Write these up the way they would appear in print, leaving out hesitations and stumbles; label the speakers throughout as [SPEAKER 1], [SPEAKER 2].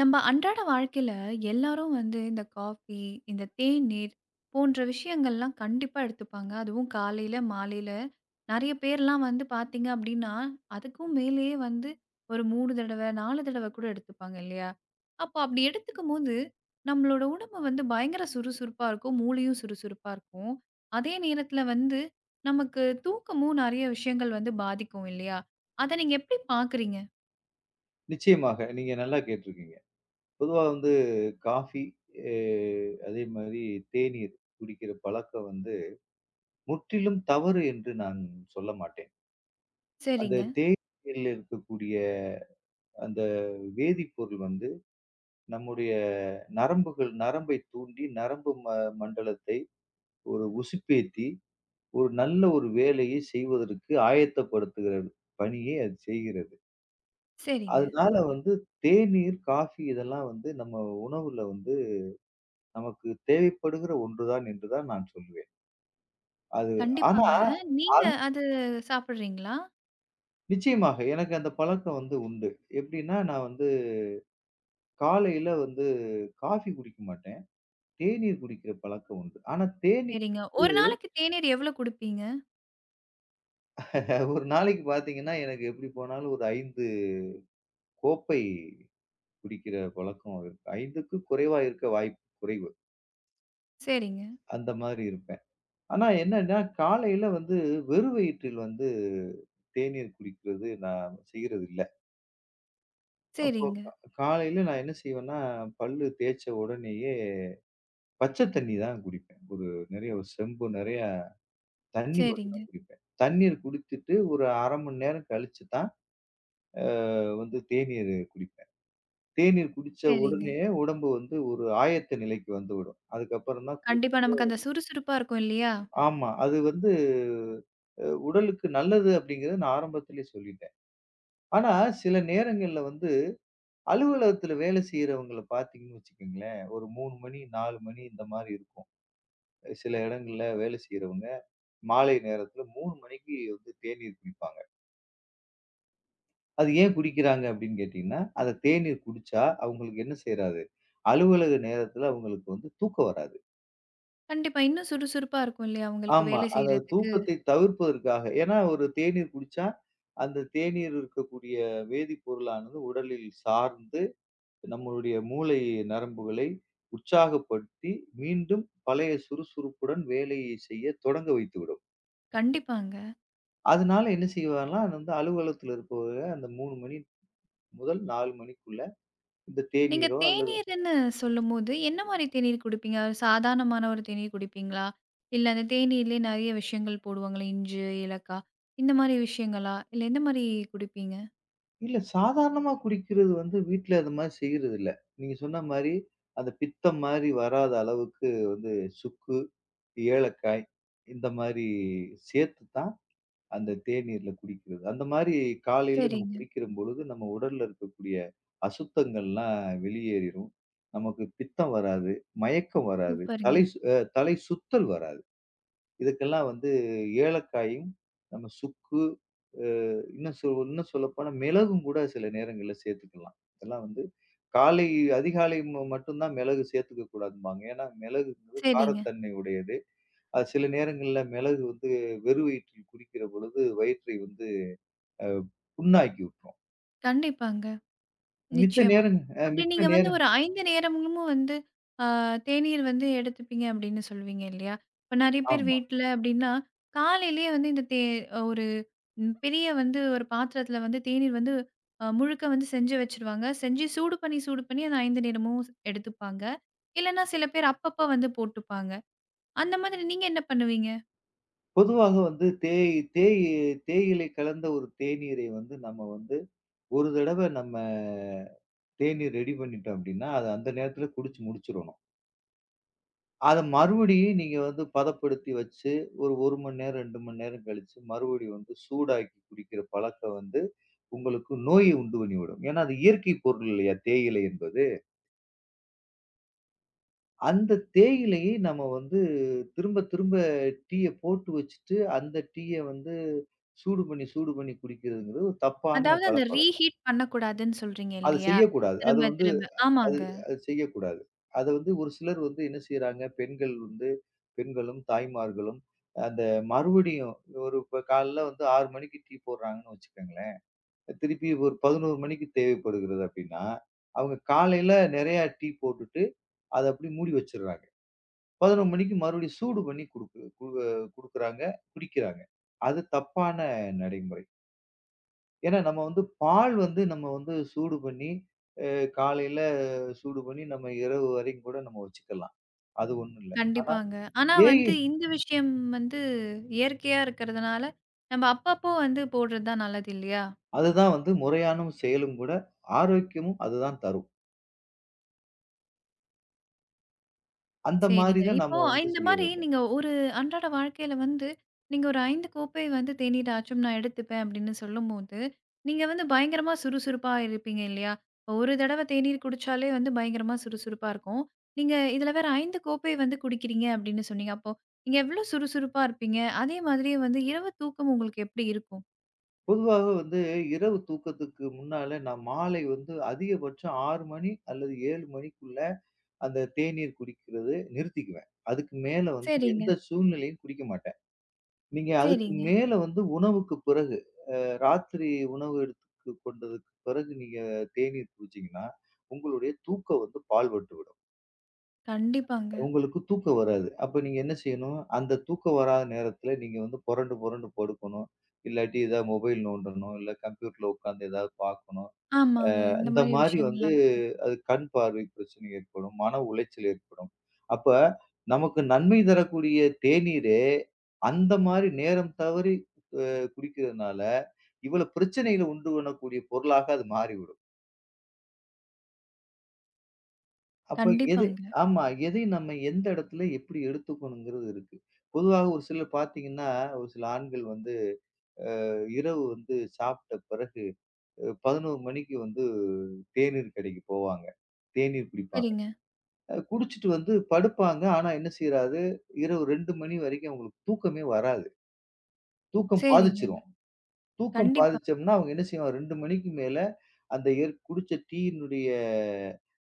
[SPEAKER 1] நம்ம அன்றாட வாழ்க்கையில எல்லாரும் வந்து இந்த காஃபி, இந்த தேநீர் போன்ற விஷயங்கள்லாம் கண்டிப்பா எடுத்துப்பாங்க. அதுவும் காலையில, மாலையில நெறைய பேர்லாம் வந்து பார்த்தீங்க அப்டின்னா, அதுக்கும் மேலேயே வந்து ஒரு 3 தடவ, 4 தடவ கூட எடுத்துப்பாங்க இல்லையா? அப்போ அப்டி எடுத்துக்கும்போது, நம்மளோட உடம்பு வந்து பயங்கர சுறுசுறுப்பா இருக்கும். மூளையும் சுறுசுறுப்பா இருக்கும். அதே நேரத்தில வந்து நமக்கு தூக்கமும் நெறைய விஷயங்கள் வந்து பாதிக்கும் இல்லையா? அத நீங்க எப்டி பார்க்குறீங்க?
[SPEAKER 2] நிச்சயமாக. நீங்க நல்லா கேட்டிருக்கீங்க. பொதுவா வந்து காஃபி, அ அதே மாரி தேநீர் குடிக்கிற பழக்கம் வந்து முற்றிலும் தவறு என்று நான் சொல்ல மாட்டேன். அந்த
[SPEAKER 1] சரிங்க,
[SPEAKER 2] தேநீரில் இருக்கக்கூடிய அந்த வேதிப்பொருள் வந்து நம்முடைய நரம்புகள் நரம்பை தூண்டி, நரம்பு ம மண்டலத்தை ஒரு உசுப்பேத்தி, ஒரு நல்ல ஒரு வேலையை செய்வதற்கு ஆயத்தப்படுத்துகிறது. பணியை அது செய்கிறது.
[SPEAKER 1] சரிங்க.
[SPEAKER 2] அதனால வந்து தேநீர், காஃபி இதெல்லாம் வந்து நம்ம உணவுல வந்து நமக்கு தேவைப்படுகிற ஒன்றுதான் என்றுதான் நான் சொல்லுவேன். அது ஆனா,
[SPEAKER 1] கண்டிப்பாங்க. நீங்க
[SPEAKER 2] அந்
[SPEAKER 1] சாப்பிடுறீங்களா?
[SPEAKER 2] நிச்சயமாக எனக்கு அந்த பழக்கம் வந்து உண்டு. எப்படின்னா, நான் வந்து காலையில வந்து காஃபி குடிக்க மாட்டேன். தேநீர் குடிக்கிற பழக்கம் உண்டு. ஆனா தேநீர்
[SPEAKER 1] சரிங்க.
[SPEAKER 2] வந்து
[SPEAKER 1] ஒரு நாளைக்கு தேநீர் எவ்வளோ குடிப்பீங்க?
[SPEAKER 2] ஒரு நாளைக்கு பார்த்தீங்கன்னா, எனக்கு எப்படி போனாலும் ஒரு 5 கோப்பை குடிக்கிற பழக்கம் இருக்கு. 5க்கு குறைவா இருக்க வாய்ப்பு குறைவு.
[SPEAKER 1] சரிங்க,
[SPEAKER 2] அந்த மாதிரி இருப்பேன். ஆனா என்னன்னா, காலையில வந்து வெறும் வயிற்றில் வந்து தேநீர் குடிக்கிறது நான் செய்யறதில்ல. அப்போ
[SPEAKER 1] சரிங்க,
[SPEAKER 2] கா காலையில நான் என்ன செய்வேன்னா, பல்லு தேய்ச்ச உடனேயே பச்சை தண்ணி தான் குடிப்பேன். ஒரு நெறைய ஒரு செம்பு நெறைய தண்ணி மட்டும்
[SPEAKER 1] சரிங்க,
[SPEAKER 2] தான் குடிப்பேன். தண்ணீர் குடித்துட்டு ஒரு 1/2 மணி நேரம் கழிச்சு தான் வந்து தேநீர் குடிப்பேன். தேநீர் குடிச்ச
[SPEAKER 1] சரிங்க.
[SPEAKER 2] உடனே உடம்பு வந்து ஒரு ஆயத்த நிலைக்கு வந்துவிடும். அதுக்கப்புறம் தான் குளி
[SPEAKER 1] கண்டிப்பா நமக்கு அந்த சுறுசுறுப்பா இருக்கும் இல்லையா?
[SPEAKER 2] ஆமா. அது வந்து உடலுக்கு நல்லது அப்படிங்கிறத நான் ஆரம்பத்திலேயே சொல்லிட்டேன். ஆனா சில நேரங்கள்ல வந்து அலுவலகத்துல வேலை செய்யறவங்கள பார்த்தீங்கன்னு வச்சுக்கங்களேன், ஒரு 3 மணி, 4 மணி இந்த மாரி இருக்கும். சில இடங்கள்ல வேலை செய்றவங்க, மாலை நேரத்துல 3 மணிக்கு வந்து தேநீர் குடிப்பாங்க. அது ஏன் குடிக்கிறாங்க அப்படின்னு கேட்டீங்கன்னா, அந்த தேநீர் குடிச்சா அவங்களுக்கு என்ன செய்றாது, அலுவலக நேரத்துல அவங்களுக்கு வந்து தூக்கம் வராது.
[SPEAKER 1] கண்டிப்பா. இன்னும் சுறுசுறுப்பா இருக்கும் இல்லையா உங்களுக்கு
[SPEAKER 2] ஆமா.
[SPEAKER 1] வேலை
[SPEAKER 2] அந்த
[SPEAKER 1] செய்றதுக்கு?
[SPEAKER 2] தூக்கத்தை தவிர்ப்பதற்காக ஏன்னா ஒரு தேநீர் குடிச்சா, அந்த தேநீர் இருக்கக்கூடிய வேதிப்பொருளானது உடலில் சார்ந்து நம்மளுடைய மூளை நரம்புகளை உற்சாகப்படுத்தி, மீண்டும் பழைய சுறுசுறுப்புடன் வேலையை செய்ய தொடங்க வைத்துவிடும்.
[SPEAKER 1] கண்டிப்பாங்க.
[SPEAKER 2] அதனால என்ன செய்வார்ன்னா, வந்து அலுவலகத்துல இருப்பவங்க அந்த 3 மணி முதல் 4 மணிக்குள்ள இந்த
[SPEAKER 1] நீங்க
[SPEAKER 2] தேநீரோ அல்லது
[SPEAKER 1] தேநீர்ன்னு சொல்லும்போது என்ன மாரி தேநீர் குடிப்பீங்க? ஒரு சாதாரணமான ஒரு தேநீர் குடிப்பீங்களா? இல்ல அந்த தேநீர்லயே நெறைய விஷயங்கள் போடுவாங்களே இஞ்சு, ஏலக்காய் இந்த மாரி விஷயங்களா? இல்ல எந்த மாரி குடிப்பீங்க?
[SPEAKER 2] இல்ல சாதாரணமா குடிக்கிறது வந்து வீட்ல அது மாரி செய்றதில்ல. நீங்க சொன்ன மாரி அந்த பித்தம் மாரி வராத அளவுக்கு வந்து சுக்கு, ஏலக்காய் இந்த மாரி சேர்த்து தான் அந்த தேநீர்ல குடிக்கிறது. அந்த மாரி காலையில நம்ம
[SPEAKER 1] சரிங்க.
[SPEAKER 2] குடிக்கிற பொழுது, நம்ம உடல்ல இருக்கக்கூடிய அசுத்தங்கள்லாம் வெளியேறிரும். நமக்கு பித்தம் வராது, மயக்கம் வராது,
[SPEAKER 1] சூப்பருங்க.
[SPEAKER 2] தலை சு அ தலை சுத்தல் வராது. இதுக்கெல்லாம் வந்து ஏலக்காயும், நம்ம சுக்கு, அ இன்னும் சொல்லப்போனா மிளகும் கூட சில நேரங்கள்ல சேர்த்துக்கலாம். இதெல்லாம் வந்து காலை அதிகாலை மட்டும் தான் மிளகு சேர்த்துக்க கூடாதும்பாங்க. ஏன்னா மிளகுங்கிறது
[SPEAKER 1] சரிங்க.
[SPEAKER 2] காரத்தன்மை உடையது. அது சில நேரங்கள்ல மிளகு வந்து வெறும் வயிற்றில் குடிக்கிற பொழுது வயிற்றை வந்து அஹ், புண்ணாக்கி விட்டுரும்.
[SPEAKER 1] கண்டிப்பாங்க.
[SPEAKER 2] மித்த
[SPEAKER 1] நிச்சயமா.
[SPEAKER 2] நேரம்
[SPEAKER 1] அப்படி
[SPEAKER 2] மித்த
[SPEAKER 1] நீங்க வந்து
[SPEAKER 2] நேரம்
[SPEAKER 1] ஒரு 5 நேரமும் வந்து அ தேநீர் வந்து எடுத்துப்பீங்க அப்படின்னு சொல்லுவீங்க இல்லையா? இப்ப நெறைய பேர்
[SPEAKER 2] ஆமா.
[SPEAKER 1] வீட்ல அப்படின்னா, காலையிலேயே வந்து இந்த தே ஒரு பெரிய வந்து ஒரு பாத்திரத்தில வந்து தேநீர் வந்து முழுக்க வந்து செஞ்சு வச்சுருவாங்க. செஞ்சு சூடு பண்ணி, சூடு பண்ணி அந்த 5 நேரமும் எடுத்துப்பாங்க. இல்லன்னா சில பேர் அப்பப்ப வந்து போட்டுப்பாங்க. அந்த மாதிரி நீங்க என்ன பண்ணுவீங்க?
[SPEAKER 2] பொதுவாக வந்து தேய் தேய் தேயிலை கலந்த ஒரு தேநீரை வந்து நம்ம வந்து ஒரு தடவை நம்ம தேநீர் ரெடி பண்ணிட்டோம் அப்படின்னா அதை அந்த நேரத்துல குடிச்சு முடிச்சிடணும். அதை மறுபடியும் நீங்க வந்து பதப்படுத்தி வச்சு ஒரு ஒரு மணி நேரம் 2 மணி நேரம் கழிச்சு மறுபடியும் வந்து சூடாக்கி குடிக்கிற பழக்கம் வந்து உங்களுக்கு நோயை உண்டு பண்ணிவிடும். ஏன்னா அது இயற்கை பொருள் இல்லையா தேயிலை என்பது. அந்த தேயிலையை நம்ம வந்து திரும்ப திரும்ப டீய போட்டு வச்சுட்டு, அந்த டீய வந்து சூடு பண்ணி, சூடு பண்ணி குடிக்கிறதுங்கிறது ஒரு தப்பான
[SPEAKER 1] அதாவது அந்த
[SPEAKER 2] பழக்கவழக்கம்.
[SPEAKER 1] ரீஹீட் பண்ணக்கூடாதுன்னு சொல்றீங்க
[SPEAKER 2] அது
[SPEAKER 1] இல்லையா?
[SPEAKER 2] செய்யக்கூடாது. அது
[SPEAKER 1] திரும்ப
[SPEAKER 2] வந்து
[SPEAKER 1] திரும்ப.
[SPEAKER 2] அது
[SPEAKER 1] ஆமாங்க.
[SPEAKER 2] அது செய்யக்கூடாது. அது வந்து ஒரு சிலர் வந்து என்ன செய்றாங்க, பெண்கள் வந்து பெண்களும், தாய்மார்களும் அந்த மறுபடியும் ஒரு இப்ப காலைல வந்து 6 மணிக்கு டீ போடுறாங்கன்னு வச்சுக்கங்களேன். திருப்பி ஒரு 11 மணிக்கு தேவைப்படுகிறது அப்டின்னா, அவங்க காலையில நெறையா டீ போட்டுட்டு, அத அப்டியே மூடி வச்சுடுறாங்க. 11 மணிக்கு மறுபடியும் சூடு பண்ணி குடுக்குறாங்க, குடிக்கிறாங்க. அது தப்பான நடைமுறை. ஏன்னா நம்ம வந்து பால் வந்து நம்ம வந்து சூடு பண்ணி, காலையில சூடு பண்ணி நம்ம இரவு வரைக்கும் கூட நம்ம வச்சுக்கலாம். அது ஒண்ணும் இல்ல. ஆனா
[SPEAKER 1] கண்டிப்பாங்க. ஆனா
[SPEAKER 2] ஏய்
[SPEAKER 1] வந்து இந்த விஷயம் வந்து இயற்கையா இருக்கிறதுனால, நம்ம அப்பப்போ வந்து போடுறது தான் நல்லது இல்லையா?
[SPEAKER 2] அதுதான் வந்து முறையான செயலும் கூட. ஆரோக்கியமும் அதுதான் தரும். அந்த மாரி
[SPEAKER 1] சரிங்க.
[SPEAKER 2] தான்
[SPEAKER 1] இப்போ
[SPEAKER 2] நம்ம வந்து
[SPEAKER 1] இந்த
[SPEAKER 2] செய்ய
[SPEAKER 1] மாரி
[SPEAKER 2] வேண்டும்.
[SPEAKER 1] நீங்க ஒரு அன்றாட வாழ்க்கையில வந்து, நீங்க ஒரு 5 கோப்பை வந்து தேநீர் ஆச்சும் நான் எடுத்துப்பேன் அப்படின்னு சொல்லும்போது, நீங்க வந்து பயங்கரமா சுறுசுறுப்பா இருப்பீங்க இல்லையா? ஒரு தடவ தேநீர் குடிச்சாலே வந்து பயங்கரமா சுறுசுறுப்பா இருக்கும். நீங்க இதுல வேற 5 கோப்பை வந்து குடிக்கிறீங்க அப்படின்னு சொன்னீங்க. அப்போ நீங்க எவ்வளோ சுறுசுறுப்பா இருப்பீங்க? அதே மாதிரியே வந்து இரவு தூக்கம் உங்களுக்கு எப்படி இருக்கும்?
[SPEAKER 2] பொதுவாக வந்து இரவு தூக்கத்துக்கு முன்னால நான் மாலை வந்து அதிகபட்சம் 6 மணி அல்லது 7 மணிக்குள்ள அந்த தேநீர் குடிக்கிறது நிறுத்திக்குவேன். அதுக்கு மேல வந்து
[SPEAKER 1] சரிங்க,
[SPEAKER 2] எந்த சூழ்நிலையும் குடிக்க மாட்டேன். நீங்க அதுக்கு
[SPEAKER 1] சரிங்க.
[SPEAKER 2] மேல வந்து உணவுக்கு பிறகு, ராத்திரி உணவு எடுத்துக் கொண்டதுக்கு பிறகு நீங்க தேநீர் குடிச்சீங்கன்னா, உங்களுடைய தூக்கம் வந்து பாழ்பட்டு விடும்.
[SPEAKER 1] கண்டிப்பாங்க.
[SPEAKER 2] உங்களுக்கு தூக்கம் வராது. அப்ப நீங்க என்ன செய்யணும், அந்த தூக்கம் வராத நேரத்துல நீங்க வந்து புரண்டு புரண்டு படுக்கணும். இல்லாட்டி ஏதாவது மொபைல் நோண்டணும், இல்ல கம்ப்யூட்டர்ல உட்கார்ந்து ஏதாவது பார்க்கணும்.
[SPEAKER 1] ஆமாங்க. இந்த
[SPEAKER 2] இந்த
[SPEAKER 1] மாரி
[SPEAKER 2] மாரி வந்து
[SPEAKER 1] விஷயங்கள்லாம் இருக்கு.
[SPEAKER 2] அது கண் பார்வை பிரச்சனை ஏற்படும். மன உளைச்சல் ஏற்படும். அப்ப நமக்கு நன்மை தரக்கூடிய தேநீரே, அந்த மாரி நேரம் தவறி அ குடிக்கிறதுனால, இவ்வளோ பிரச்சனைகள உண்டு பண்ணக்கூடிய பொருளாக அது மாறிவிடும். அப்ப எது
[SPEAKER 1] கண்டிப்பாங்க.
[SPEAKER 2] ஆமா. எதை நம்ம எந்த இடத்துல எப்படி எடுத்துக்கணுங்கிறது இருக்கு. பொதுவாக ஒரு சிலர் பார்த்தீங்கன்னா, ஒரு சில ஆண்கள் வந்து இரவு வந்து சாப்பிட்ட பிறகு 11 மணிக்கு வந்து தேநீர் கடைக்கு போவாங்க. தேநீர் குடிப்பாங்க.
[SPEAKER 1] சரிங்க,
[SPEAKER 2] குடிச்சிட்டு வந்து படுப்பாங்க. ஆனா என்ன செய்றாது, இரவு 2 மணி வரைக்கும் அவங்களுக்கு தூக்கமே வராது. தூக்கம்
[SPEAKER 1] சரிங்க.
[SPEAKER 2] பாதிச்சுரும். தூக்கம்
[SPEAKER 1] கண்டிப்பா.
[SPEAKER 2] பாதிச்சோம்னா, அவங்க என்ன செய்வாங்க 2 மணிக்கு மேல அந்த குடிச்ச டீயினுடைய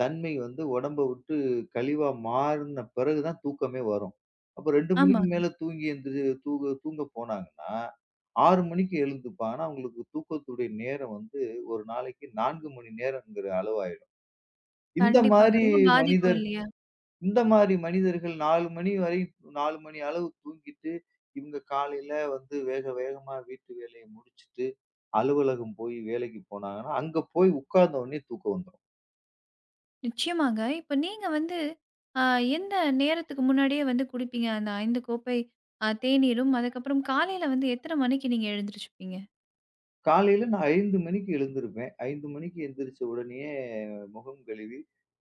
[SPEAKER 2] தன்மை வந்து உடம்ப விட்டு கழிவா மாறுன பிறகு தான் தூக்கமே வரும். அப்ப 2 மணிக்கு
[SPEAKER 1] ஆமாங்க.
[SPEAKER 2] மேல தூங்க தூங்க போனாங்கன்னா, 6 மணிக்கு எழுந்துப்பாங்கன்னா, அவங்களுக்கு தூக்கத்துடைய நேரம் வந்து ஒரு நாளைக்கு 4 மணி நேரம்ங்கிற அளவாயிடும். இந்த
[SPEAKER 1] கண்டிப்பாங்க.
[SPEAKER 2] மாரி
[SPEAKER 1] ரொம்ப பாதிக்கும்
[SPEAKER 2] மனிதர்கள்
[SPEAKER 1] இல்லையா?
[SPEAKER 2] இந்த மாரி மனிதர்கள் 4 மணி வரை 4 மணி அளவு தூங்கிட்டு, இவங்க காலையில வந்து வேக வேகமா வீட்டு வேலைய முடிச்சுட்டு, அலுவலகம் போய் வேலைக்கு போனாங்கன்னா, அங்க போய் உட்கார்ந்த உடனே தூக்கம் வந்துரும்.
[SPEAKER 1] நிச்சயமாங்க. இப்ப நீங்க வந்து அ எந்த நேரத்துக்கு முன்னாடியே வந்து குடிப்பீங்க? அந்த 5 கோப்பை தேநீரும், அதுக்கப்புறம் காலையில வந்து எத்தன மணிக்கு நீங்க எழுந்திரிச்சுப்பீங்க?
[SPEAKER 2] காலையில நான் 5 மணிக்கு எழுந்திருப்பேன். 5 மணிக்கு எந்திரிச்ச உடனேயே முகம் கழுவி,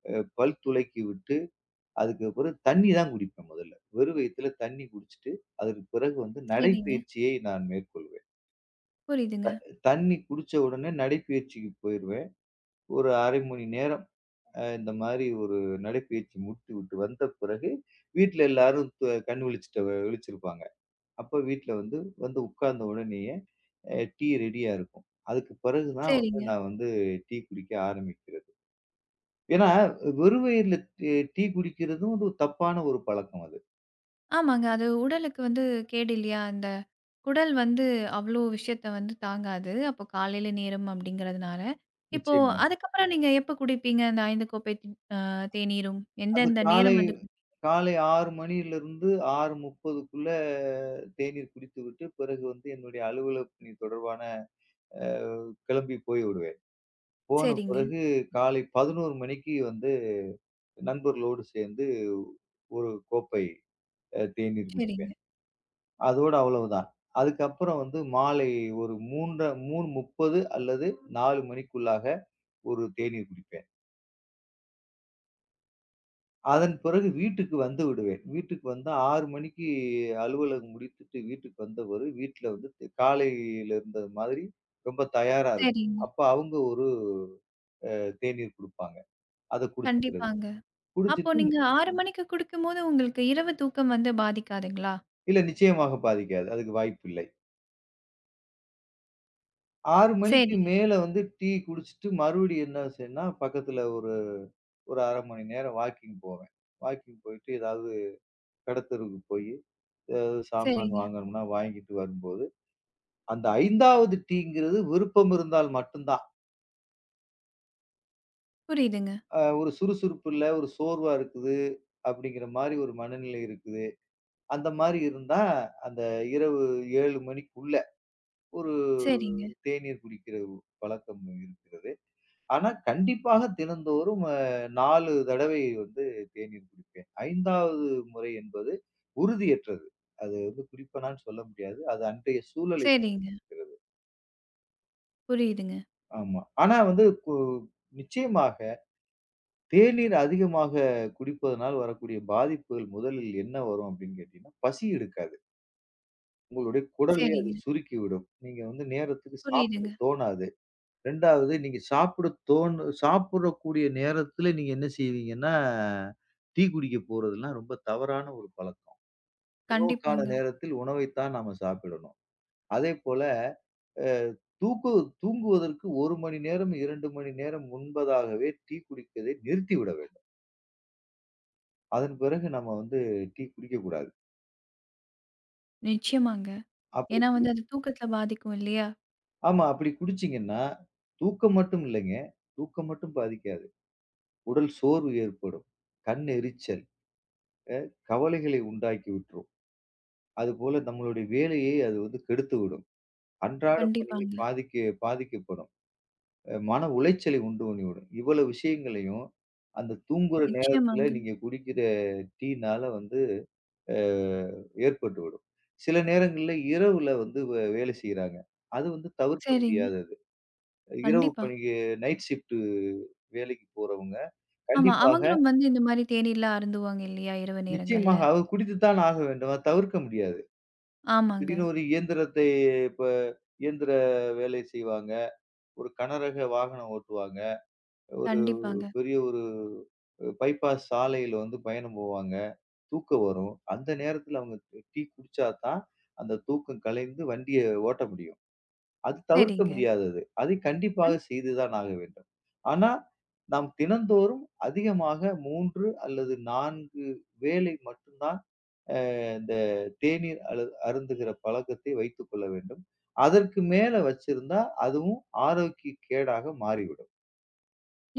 [SPEAKER 2] அ பல் துலக்கி விட்டு, அதுக்கப்புறம் தண்ணி தான் குடிப்பேன் முதல்ல. வெறும் வயித்துல தண்ணி குடிச்சிட்டு, அதற்கு பிறகு வந்து
[SPEAKER 1] சரிங்க.
[SPEAKER 2] நடைப்பயிற்சியை நான் மேற்கொள்வேன்.
[SPEAKER 1] புரியுதுங்க.
[SPEAKER 2] தண்ணி குடிச்ச உடனே நடைப்பயிற்சிக்கு போயிருவேன். ஒரு 1/2 மணி நேரம் இந்த மாரி ஒரு நடைப்பயிற்சி முடித்துவிட்டு வந்த பிறகு, வீட்ல எல்லாரும் கண் விழிச்சுட்டு விழிச்சிருப்பாங்க. அப்ப வீட்ல வந்து வந்து உட்கார்ந்த உடனேயே டீ ரெடியா இருக்கும். அதுக்கு பிறகு தான் வந்து
[SPEAKER 1] சரிங்க.
[SPEAKER 2] நான் வந்து டீ குடிக்க ஆரம்பிக்கிறது. ஏன்னா, வெறும் வயிறுல டீ டீ குடிக்கிறதும் ஒரு தப்பான ஒரு பழக்கம் அது.
[SPEAKER 1] ஆமாங்க. அது உடலுக்கு வந்து கேடு இல்லையா? அந்த குடல் வந்து அவ்ளோ விஷயத்த வந்து தாங்காது. அப்போ காலையில நேரம் அப்படிங்கிறதுனால. இப்போ
[SPEAKER 2] நிச்சயமா.
[SPEAKER 1] அதுக்கப்புறம் நீங்க எப்ப குடிப்பீங்க? அந்த 5 கோப்பை அ தேநீரும்?
[SPEAKER 2] அந்த
[SPEAKER 1] எந்தெந்த
[SPEAKER 2] காலை
[SPEAKER 1] நேரம் வந்து
[SPEAKER 2] காலை 6 மணியிலிருந்து 6:30க்குள்ள தேநீர் குடித்துவிட்டு, பிறகு வந்து என்னுடைய அலுவலக பணி தொடர்பான அ கிளம்பி போய்விடுவேன். போன
[SPEAKER 1] சரிங்க,
[SPEAKER 2] பிறகு காலை 11 மணிக்கு வந்து நண்பர்களோடு சேர்ந்து ஒரு கோப்பை தேநீர்
[SPEAKER 1] சரிங்க,
[SPEAKER 2] குடிப்பேன். அதோட அவ்வளவுதான். அதுக்கப்புறம் வந்து மாலை ஒரு 3 3:30 அல்லது 4 மணிக்குள்ளாக ஒரு தேநீர் குடிப்பேன். அதன் பிறகு வீட்டுக்கு வந்து விடுவேன். வீட்டுக்கு வந்து 6 மணிக்கு அலுவலகம் முடித்துட்டு வீட்டுக்கு வந்த பிறகு வீட்ல வந்து காலையில இருந்தது மாதிரி ரொம்ப தயாரா இருக்கும்.
[SPEAKER 1] சரிங்க.
[SPEAKER 2] அப்ப அவங்க ஒரு தேநீர் குடுப்பாங்க. அத குடிச்சுக்கிறது.
[SPEAKER 1] கண்டிப்பாங்க. அப்போ
[SPEAKER 2] குடிச்சிட்டு
[SPEAKER 1] நீங்க 6 மணிக்கு குடிக்கும்போது உங்களுக்கு இரவு தூக்கம் வந்து பாதிக்காதுங்களா?
[SPEAKER 2] இல்ல நிச்சயமாக பாதிக்காது. அதுக்கு வாய்ப்பில்ல. 6 மணிக்கு
[SPEAKER 1] சரிங்க,
[SPEAKER 2] மேல வந்து டீ குடிச்சிட்டு மறுபடியும் என்ன செய்யன்னா, பக்கத்துல ஒரு ஒரு 1/2 மணி நேரம் வாக்கிங் போவேன். வாக்கிங் போயிட்டு ஏதாவது கடத்தெருவுக்கு போயி, ஏதாவது சாமான்
[SPEAKER 1] சரிங்க.
[SPEAKER 2] வாங்கணும்னா வாங்கிட்டு வரும்போது, அந்த 5வது டீங்கிறது விருப்பம் இருந்தால் மட்டும்தான்.
[SPEAKER 1] புரியுதுங்க.
[SPEAKER 2] ஒரு சுறுசுறுப்பு இல்ல, ஒரு சோர்வா இருக்குது, அப்படிங்கிற மாரி ஒரு மனநிலை இருக்குது. அந்த மாரி இருந்தா, அந்த இரவு 7 மணிக்குள்ள ஒரு
[SPEAKER 1] சரிங்க,
[SPEAKER 2] தேநீர் குடிக்கிற பழக்கம் இருக்கிறது. ஆனா, கண்டிப்பாக தினந்தோறும் 4 தடவை வந்து தேநீர் குடிப்பேன். 5வது முறை என்பது உறுதியற்றது. அது வந்து குடிப்பேனான்னு சொல்ல முடியாது. அது அன்றைய சூழலை
[SPEAKER 1] சரிங்க.
[SPEAKER 2] பொறுக்கிறது.
[SPEAKER 1] புரியுதுங்க.
[SPEAKER 2] ஆமா. ஆனா வந்து நிச்சயமாக தேநீர் அதிகமாக குடிப்பதனால் வரக்கூடிய பாதிப்புகள் முதலில் என்ன வரும் அப்படின்னு கேட்டீங்கன்னா, பசி எடுக்காது. உங்களுடைய குடலை அது
[SPEAKER 1] சரிங்க.
[SPEAKER 2] சுருக்கிவிடும். நீங்க வந்து நேரத்துக்கு சாப்பிட
[SPEAKER 1] புரியுதுங்க.
[SPEAKER 2] தோணாது. 2வது நீங்க சாப்பிடக்கூடிய நேரத்துல நீங்க என்ன செய்வீங்கன்னா, டீ குடிக்க போறதெல்லாம் ரொம்ப தவறான ஒரு பழக்கம். உணவுக்கான
[SPEAKER 1] கண்டிப்பாங்க.
[SPEAKER 2] நேரத்தில் உணவைத்தான் நாம சாப்பிடணும். அதேபோல அ தூக்கு தூங்குவதற்கு 1 மணி நேரம், 2 மணி நேரம் முன்பதாகவே டீ குடிப்பதை நிறுத்திவிட வேண்டும். அதன் பிறகு நம்ம வந்து டீ குடிக்கக்கூடாது.
[SPEAKER 1] நிச்சயமாங்க.
[SPEAKER 2] அப்படி
[SPEAKER 1] ஏன்னா
[SPEAKER 2] குடி
[SPEAKER 1] வந்து அது தூக்கத்த பாதிக்கும் இல்லையா?
[SPEAKER 2] ஆமா. அப்படி குடிச்சீங்கன்னா, தூக்கம் மட்டும் இல்லைங்க. தூக்கம் மட்டும் பாதிக்காது. உடல் சோர்வு ஏற்படும். கண் எரிச்சல், கவலைகளை உண்டாக்கி விட்டுரும். அதுபோல நம்மளுடைய வேலையை அது வந்து கெடுத்துவிடும். அன்றாட பணியில்
[SPEAKER 1] கண்டிப்பாங்க.
[SPEAKER 2] பாதிக்கப்படும். மன உளைச்சலை உண்டு பண்ணிவிடும். இவ்வளவு விஷயங்களையும் அந்த தூங்குற நேரத்துல
[SPEAKER 1] நிச்சயமாங்க.
[SPEAKER 2] நீங்க குடிக்கிற டீனால வந்து அ ஏற்பட்டுவிடும். சில நேரங்கள்ல இரவுல வந்து வேலை செய்றாங்க. அது வந்து தவிர்க்க
[SPEAKER 1] சரிங்க.
[SPEAKER 2] முடியாதது. இரவு
[SPEAKER 1] கண்டிப்பா.
[SPEAKER 2] பணிக்கு நைட் ஷிஃப்ட் வேலைக்கு போறவங்க
[SPEAKER 1] ஆமா.
[SPEAKER 2] கண்டிப்பாக
[SPEAKER 1] அவங்களும் வந்து இந்த மாரி தேநீர்லாம் அருந்துவாங்க இல்லையா? இரவு நேரங்கள்ல.
[SPEAKER 2] நிச்சயமாக அவர் குடித்து தான் ஆக வேண்டும். அத தவிர்க்க முடியாது.
[SPEAKER 1] ஆமாங்க.
[SPEAKER 2] திடீர்னு ஒரு இயந்திரத்தை இப்ப இயந்திர வேலை செய்வாங்க. ஒரு கனரக வாகனம் ஓட்டுவாங்க. ஒரு
[SPEAKER 1] கண்டிப்பாங்க.
[SPEAKER 2] பெரிய ஒரு பைபாஸ் சாலையில வந்து பயணம் போவாங்க. தூக்கம் வரும். அந்த நேரத்துல அவங்க டீ குடிச்சா தான் அந்த தூக்கம் கலைந்து வண்டிய ஓட்ட முடியும். அது தவிர்க்க
[SPEAKER 1] சரிங்க.
[SPEAKER 2] முடியாதது. அதை கண்டிப்பாக
[SPEAKER 1] கண்
[SPEAKER 2] செய்து தான் ஆக வேண்டும். ஆனா, நாம் தினந்தோறும் அதிகமாக 3 அல்லது 4 வேளை மட்டும்தான் இந்த தேநீர் அருந்துகிற பழக்கத்தை வைத்துக் கொள்ள வேண்டும். அதற்கு மேல வச்சிருந்தா அதுவும் ஆரோக்கிய கேடாக மாறிவிடும்.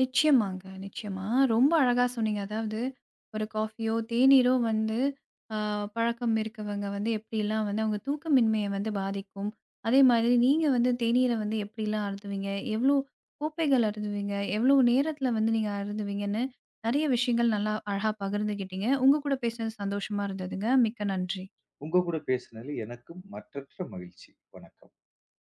[SPEAKER 1] நிச்சயமாங்க, நிச்சயமா. ரொம்ப அழகா சொன்னீங்க. அதாவது ஒரு காஃபியோ, தேநீரோ வந்து அ பழக்கம் இருக்கவங்க வந்து எப்படிலாம் வந்து அவங்க தூக்கமின்மைய வந்து பாதிக்கும். அதே மாதிரி நீங்க வந்து தேநீர வந்து எப்படிலாம் அருந்துவீங்க? எவ்வளோ கோப்பைகள் அருந்துவீங்க? எவ்வளோ நேரத்தில வந்து நீங்க அருந்துவீங்கன்னு, நெறைய விஷயங்கள் நல்லா அழகா பகிர்ந்துக்கிட்டீங்க. உங்க கூட பேசினது சந்தோஷமா இருந்ததுங்க. மிக்க நன்றி.
[SPEAKER 2] உங்க கூட பேசுனதுல எனக்கும் மற்றற்ற மகிழ்ச்சி. வணக்கம்.